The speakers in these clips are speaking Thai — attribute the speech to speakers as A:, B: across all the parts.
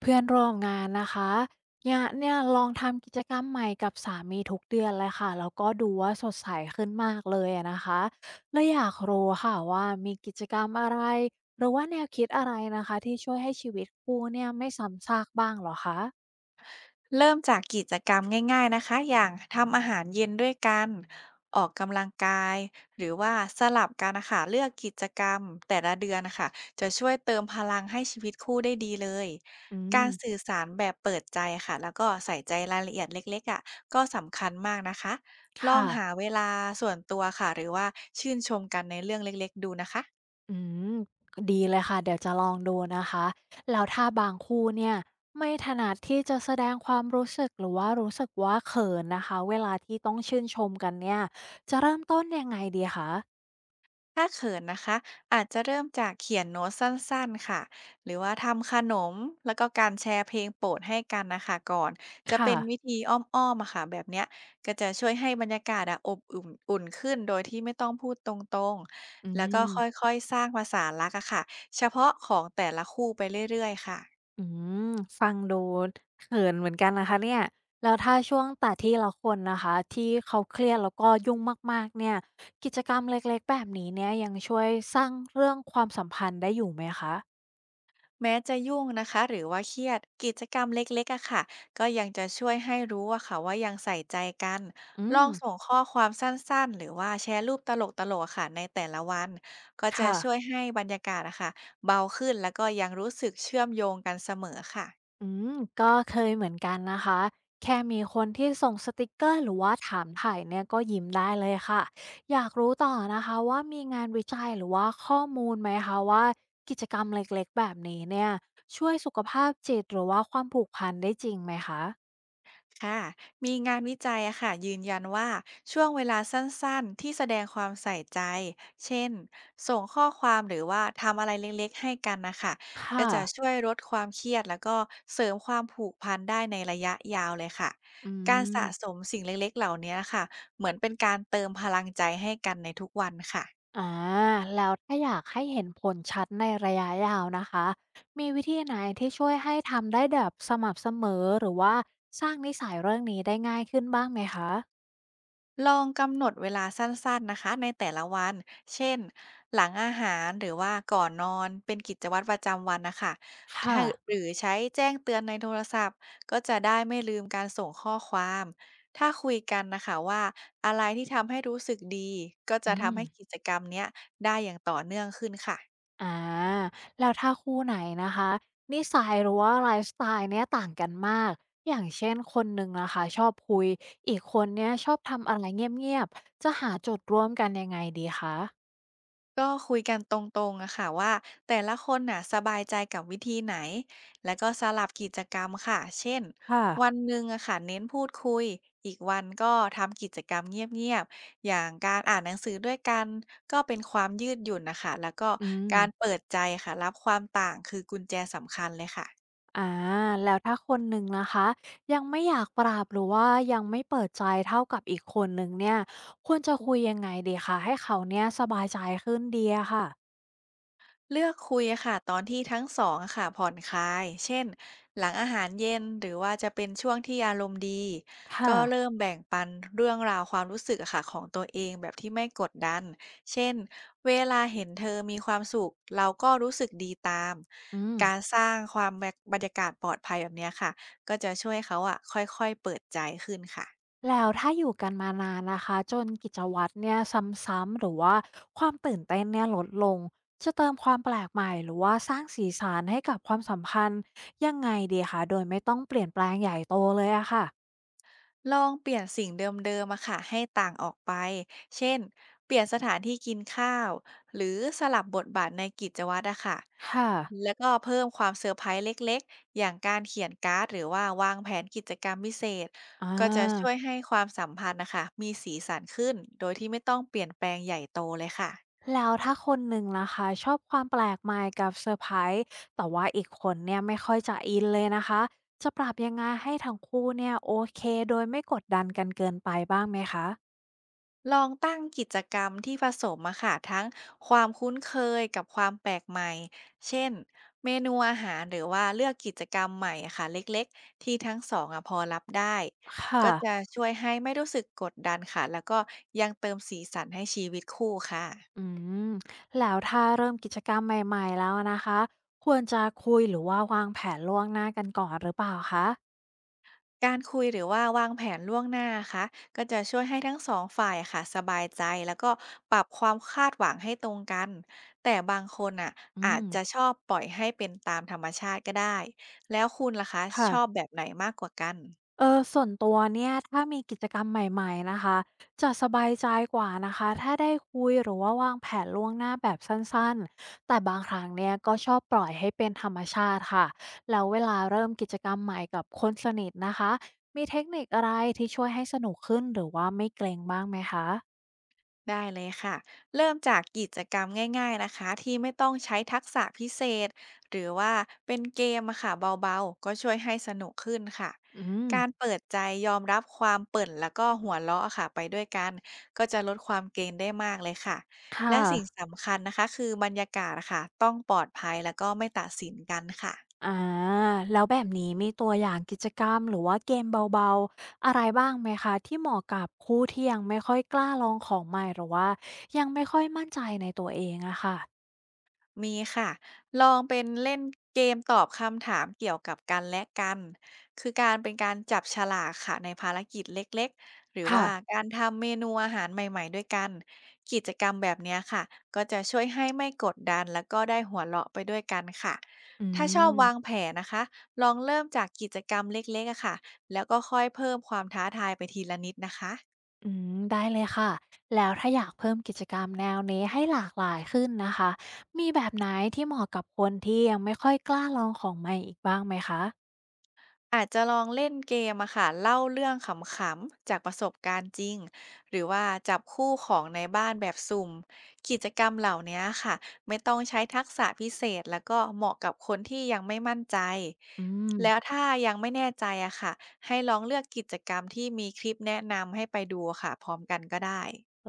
A: เพื่อนร่วมงานนะคะเนี่ยลองทำกิจกรรมใหม่กับสามีทุกเดือนเลยค่ะแล้วก็ดูว่าสดใสขึ้นมากเลยอะนะคะเลยอยากรู้ค่ะว่ามีกิจกรรมอะไรหรือว่าแนวคิดอะไรนะคะที่ช่วยให้ชีวิตคู่เนี่ยไม่ซ้ำซากบ้างเหรอคะ
B: เริ่มจากกิจกรรมง่ายๆนะคะอย่างทำอาหารเย็นด้วยกัน ออกกำลังกาย หรือว่าสลับกันนะคะเลือกกิจกรรมแต่ละเดือนนะคะจะช่วยเติมพลังให้ชีวิตคู่ได้ดีเลย
A: อื
B: กา
A: ม
B: รสื่อสารแบบเปิดใจค่ะแล้วก็ใส่ใจรายละเอียดเล็กๆอ่ะก็สำคัญมากนะคะลอง
A: ค่ะ
B: หาเวลาส่วนตัวค่ะหรือว่าชื่นชมกันในเรื่องเล็กๆดูนะคะ
A: อืมดีเลยค่ะเดี๋ยวจะลองดูนะคะแล้วถ้าบางคู่เนี่ยไม่ถนัดที่จะแสดงความรู้สึกหรือว่ารู้สึกว่าเขินนะคะเวลาที่ต้องชื่นชมกันเนี่ยจะเริ่มต้นยังไงดีคะ
B: ถ้าเขินนะคะอาจจะเริ่มจากเขียนโน้ตสั้นๆค่ะหรือว่าทำขนมแล้วก็การแชร์เพลงโปรดให้กันนะคะก่อนจะ
A: ค่ะ
B: เป็นวิธีอ้อมๆอะค่ะแบบเนี้ยก็จะช่วยให้บรรยากาศอะอบอุ่นอุ่นขึ้นโดยที่ไม่ต้องพูดตรง
A: อื
B: ๆแล้วก็
A: ม
B: ค่อยๆสร้างภาษารักอะค่ะเฉพาะของแต่ละคู่ไปเรื่อยๆค่ะ
A: อืมฟังดูเขินเหมือนกันนะคะเนี่ยแล้วถ้าช่วงแต่ที่ละคนนะคะที่เขาเครียดแล้วก็ยุ่งมากๆเนี่ยกิจกรรมเล็กๆแบบนี้เนี่ยยังช่วยสร้างเรื่องความสัมพันธ์ได้อยู่ไหมคะ
B: แม้จะยุ่งนะคะหรือว่าเครียดกิจกรรมเล็กๆอะค่ะก็ยังจะช่วยให้รู้อะค่ะว่ายังใส่ใจกัน
A: อื
B: ลอ
A: ม
B: งส่งข้อความสั้นๆ หรือว่าแชร์รูปตลกๆอะค่ะในแต่ละวันก็จะ
A: ค่ะ
B: ช่วยให้บรรยากาศอะค่ะเบาขึ้นแล้วก็ยังรู้สึกเชื่อมโยงกันเสมอค่ะ
A: อืมก็เคยเหมือนกันนะคะ แค่มีคนที่ส่งสติกเกอร์หรือว่าถามถ่ายเนี่ยก็ยิ้มได้เลยค่ะอยากรู้ต่อนะคะว่ามีงานวิจัยหรือว่าข้อมูลไหมคะว่ากิจกรรมเล็กๆแบบนี้เนี่ยช่วยสุขภาพจิตหรือว่าความผูกพันได้จริงไหมคะ
B: ค่ะมีงานวิจัยอะค่ะยืนยันว่าช่วงเวลาสั้นๆที่แสดงความใส่ใจ เช่น ส่งข้อความหรือว่าทำอะไรเล็กๆให้กันนะคะ ก็
A: ค่ะ
B: จะช่วยลดความเครียดแล้วก็เสริมความผูกพันได้ในระยะยาวเลยค่ะ
A: อื
B: การ
A: ม
B: สะสมสิ่งเล็กๆเหล่านี้ค่ะเหมือนเป็นการเติมพลังใจให้กันในทุกวันค่ะ
A: อ่าแล้วถ้าอยากให้เห็นผลชัดในระยะยาวนะคะ มีวิธีไหนที่ช่วยให้ทำได้แบบสม่ำเสมอหรือว่าสร้างนิสัยเรื่องนี้ได้ง่ายขึ้นบ้างไหมคะ
B: ลองกำหนดเวลาสั้นๆนะคะในแต่ละวัน เช่นหลังอาหารหรือว่าก่อนนอนเป็นกิจวัตรประจำวันนะคะ
A: ค่ะ
B: ถ้าหรือใช้แจ้งเตือนในโทรศัพท์ก็จะได้ไม่ลืมการส่งข้อความ ถ้าคุยกันนะคะว่าอะไรที่ทำให้รู้สึกดีก็
A: อื
B: จะ
A: ม
B: ทำให้กิจกรรมเนี้ยได้อย่างต่อเนื่องขึ้นค่ะ
A: อ่า แล้วถ้าคู่ไหนนะคะ นิสัยหรือว่าไลฟ์สไตล์เนี่ยต่างกันมาก อย่างเช่นคนหนึ่งนะคะชอบคุยอีกคนเนี่ยชอบทำอะไรเงียบๆจะหาจุดร่วมกันยังไงดีคะ
B: ก็คุยกันตรงๆอะค่ะว่าแต่ละคนน่ะสบายใจกับวิธีไหนแล้วก็สลับกิจกรรมค่ะเช่น
A: ค่ะ
B: วันหนึ่งอะค่ะเน้นพูดคุยอีกวันก็ทำกิจกรรมเงียบๆอย่างการอ่านหนังสือด้วยกันก็เป็นความยืดหยุ่นนะคะแล้วก็
A: อืม
B: การเปิดใจค่ะรับความต่างคือกุญแจสำคัญเลยค่ะ
A: อ่า แล้วถ้าคนหนึ่งนะคะยังไม่อยากปรับหรือว่ายังไม่เปิดใจเท่ากับอีกคนหนึ่งเนี่ยควรจะคุยยังไงดีคะให้เขาเนี่ยสบายใจขึ้นดีอะค่ะ
B: เลือกคุยอะค่ะตอนที่ทั้งสองอะค่ะผ่อนคลายเช่นหลังอาหารเย็นหรือว่าจะเป็นช่วงที่อารมณ์ดี
A: ค่ะ
B: ก็เริ่มแบ่งปันเรื่องราวความรู้สึกอะค่ะของตัวเองแบบที่ไม่กดดันเช่นเวลาเห็นเธอมีความสุขเราก็รู้สึกดีตาม
A: อืม
B: การสร้างความแบบบรรยากาศปลอดภัยแบบเนี้ยค่ะก็จะช่วยเขาอะค่อยๆเปิดใจขึ้นค่ะ
A: แล้วถ้าอยู่กันมานานนะคะจนกิจวัตรเนี่ยซ้ำๆหรือว่าความตื่นเต้นเนี่ยลดลงจะเติมความแปลกใหม่หรือว่าสร้างสีสันให้กับความสัมพันธ์ยังไงดีคะโดยไม่ต้องเปลี่ยนแปลงใหญ่โตเลยอะค่ะ
B: ลองเปลี่ยนสิ่งเดิมๆมาค่ะให้ต่างออกไป เช่น เปลี่ยนสถานที่กินข้าว หรือสลับบทบาทในกิจวัตรอะค่ะ
A: ค่ะ
B: แล้วก็เพิ่มความเซอร์ไพรส์เล็กๆ อย่างการเขียนการ์ดหรือว่าวางแผนกิจกรรมพิเศษ
A: อา
B: ก็จะช่วยให้ความสัมพันธ์นะคะมีสีสันขึ้น โดยที่ไม่ต้องเปลี่ยนแปลงใหญ่โตเลยค่ะ
A: แล้วถ้าคนหนึ่งนะคะชอบความแปลกใหม่กับเซอร์ไพรส์แต่ว่าอีกคนเนี่ยไม่ค่อยจะอินเลยนะคะจะปรับยังไงให้ทั้งคู่เนี่ยโอเคโดยไม่กดดันกันเกินไปบ้างไหมคะ
B: ลองตั้งกิจกรรมที่ผสมอะค่ะทั้งความคุ้นเคยกับความแปลกใหม่ เช่นเมนูอาหารหรือว่าเลือกกิจกรรมใหม่อะค่ะเล็กๆที่ทั้งสองอะพอรับได้
A: ค่ะ
B: ก็จะช่วยให้ไม่รู้สึกกดดันค่ะแล้วก็ยังเติมสีสันให้ชีวิตคู่ค่ะ
A: อืมแล้วถ้าเริ่มกิจกรรมใหม่ๆแล้วนะคะควรจะคุยหรือว่าวางแผนล่วงหน้ากันก่อนหรือเปล่าคะ
B: การคุยหรือว่าวางแผนล่วงหน้าค่ะก็จะช่วยให้ทั้งสองฝ่ายค่ะสบายใจแล้วก็ปรับความคาดหวังให้ตรงกันแต่บางคนอ่ะ
A: อื
B: อาจ
A: ม
B: จะชอบปล่อยให้เป็นตามธรรมชาติก็ได้แล้วคุณล่ะคะช
A: ค่ะ
B: อบแบบไหนมากกว่ากัน
A: ส่วนตัวเนี่ยถ้ามีกิจกรรมใหม่ๆนะคะจะสบายใจกว่านะคะถ้าได้คุยหรือว่าวางแผนล่วงหน้าแบบสั้นๆแต่บางครั้งเนี่ยก็ชอบปล่อยให้เป็นธรรมชาติค่ะแล้วเวลาเริ่มกิจกรรมใหม่กับคนสนิทนะคะมีเทคนิคอะไรที่ช่วยให้สนุกขึ้นหรือว่าไม่เกรงบ้างไหมคะ
B: ได้เลยค่ะ เริ่มจากกิจกรรมง่ายๆนะคะที่ไม่ต้องใช้ทักษะพิเศษหรือว่าเป็นเกมอะค่ะเบาๆก็ช่วยให้สนุกขึ้นค่ะ
A: อืม
B: การเปิดใจยอมรับความเปิ่นแล้วก็หัวเราะอะค่ะไปด้วยกันก็จะลดความเกรงได้มากเลยค่ะและ
A: ค่ะ
B: สิ่งสำคัญนะคะคือบรรยากาศอะค่ะต้องปลอดภัยแล้วก็ไม่ตัดสินกันค่ะ
A: อาแล้วแบบนี้มีตัวอย่างกิจกรรมหรือว่าเกมเบาๆอะไรบ้างไหมคะที่เหมาะกับคู่ที่ยังไม่ค่อยกล้าลองของใหม่หรือว่ายังไม่ค่อยมั่นใจในตัวเองอะค่ะ
B: มีค่ะ ลองเป็นเล่นเกมตอบคำถามเกี่ยวกับกันและกันคือการเป็นการจับฉลากค่ะในภารกิจเล็กๆ หรือว่า
A: ค่ะ
B: การทำเมนูอาหารใหม่ๆด้วยกัน กิจกรรมแบบเนี้ยค่ะก็จะช่วยให้ไม่กดดันแล้วก็ได้หัวเราะไปด้วยกันค่ะ
A: อื
B: ถ้าชอบวาง
A: ม
B: แผนนะคะลองเริ่มจากกิจกรรมเล็กๆอะค่ะแล้วก็ค่อยเพิ่มความท้าทายไปทีละนิดนะคะ
A: อืมได้เลยค่ะแล้วถ้าอยากเพิ่มกิจกรรมแนวนี้ให้หลากหลายขึ้นนะคะมีแบบไหนที่เหมาะกับคนที่ยังไม่ค่อยกล้าลองของใหม่อีกบ้างไหมคะ
B: อาจจะลองเล่นเกมอะค่ะเล่าเรื่องขำๆจากประสบการณ์จริงหรือว่าจับคู่ของในบ้านแบบสุ่มกิจกรรมเหล่านี้ค่ะไม่ต้องใช้ทักษะพิเศษแล้วก็เหมาะกับคนที่ยังไม่มั่นใจ
A: อืม
B: แล้วถ้ายังไม่แน่ใจอะค่ะให้ลองเลือกกิจกรรมที่มีคลิปแนะนำให้ไปดูค่ะพร้อมกันก็ได้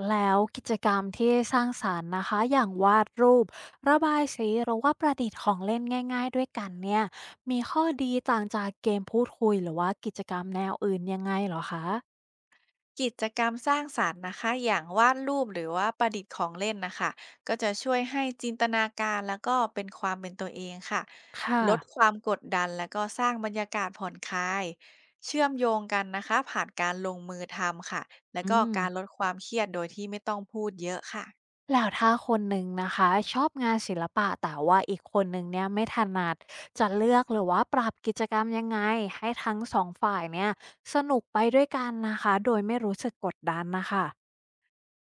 A: แล้วกิจกรรมที่สร้างสรรค์นะคะอย่างวาดรูประบายสีหรือว่าประดิษฐ์ของเล่นง่ายๆด้วยกันเนี่ยมีข้อดีต่างจากเกมพูดคุยหรือว่ากิจกรรมแนวอื่นยังไงเหรอคะ
B: กิจกรรมสร้างสรรค์นะคะอย่างวาดรูปหรือว่าประดิษฐ์ของเล่นนะคะก็จะช่วยให้จินตนาการแล้วก็เป็นความเป็นตัวเองค่ะ
A: ค่ะ
B: ลดความกดดันแล้วก็สร้างบรรยากาศผ่อนคลายเชื่อมโยงกันนะคะผ่านการลงมือทำค่ะแล้
A: อื
B: วก็
A: ม
B: การลดความเครียดโดยที่ไม่ต้องพูดเยอะค่ะ
A: แล้วถ้าคนหนึ่งนะคะชอบงานศิลปะแต่ว่าอีกคนหนึ่งเนี่ยไม่ถนัดจะเลือกหรือว่าปรับกิจกรรมยังไงให้ทั้งสองฝ่ายเนี่ยสนุกไปด้วยกันนะคะโดยไม่รู้สึกกดดันนะคะ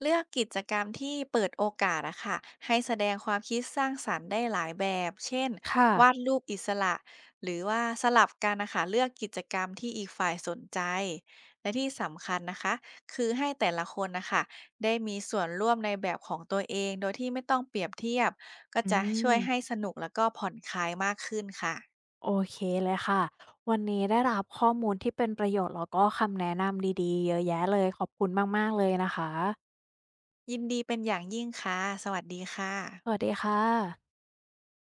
B: เลือกกิจกรรมที่เปิดโอกาสอะค่ะให้แสดงความคิดสร้างสรรค์ได้หลายแบบเช่น
A: ค่ะ
B: วาดรูปอิสระหรือว่าสลับกันนะคะเลือกกิจกรรมที่อีกฝ่ายสนใจและที่สำคัญนะคะคือให้แต่ละคนนะคะได้มีส่วนร่วมในแบบของตัวเองโดยที่ไม่ต้องเปรียบเทียบก็
A: อื
B: จะช่วย
A: ม
B: ให้สนุกแล้วก็ผ่อนคลายมากขึ้นค่ะ
A: โอเคเลยค่ะวันนี้ได้รับข้อมูลที่เป็นประโยชน์แล้วก็คำแนะนำดีๆเยอะแยะเลยขอบคุณมากๆเลยนะคะ
B: ยินดีเป็นอย่างยิ่งค่ะสวัสดีค่ะ
A: สวัสดีค่ะ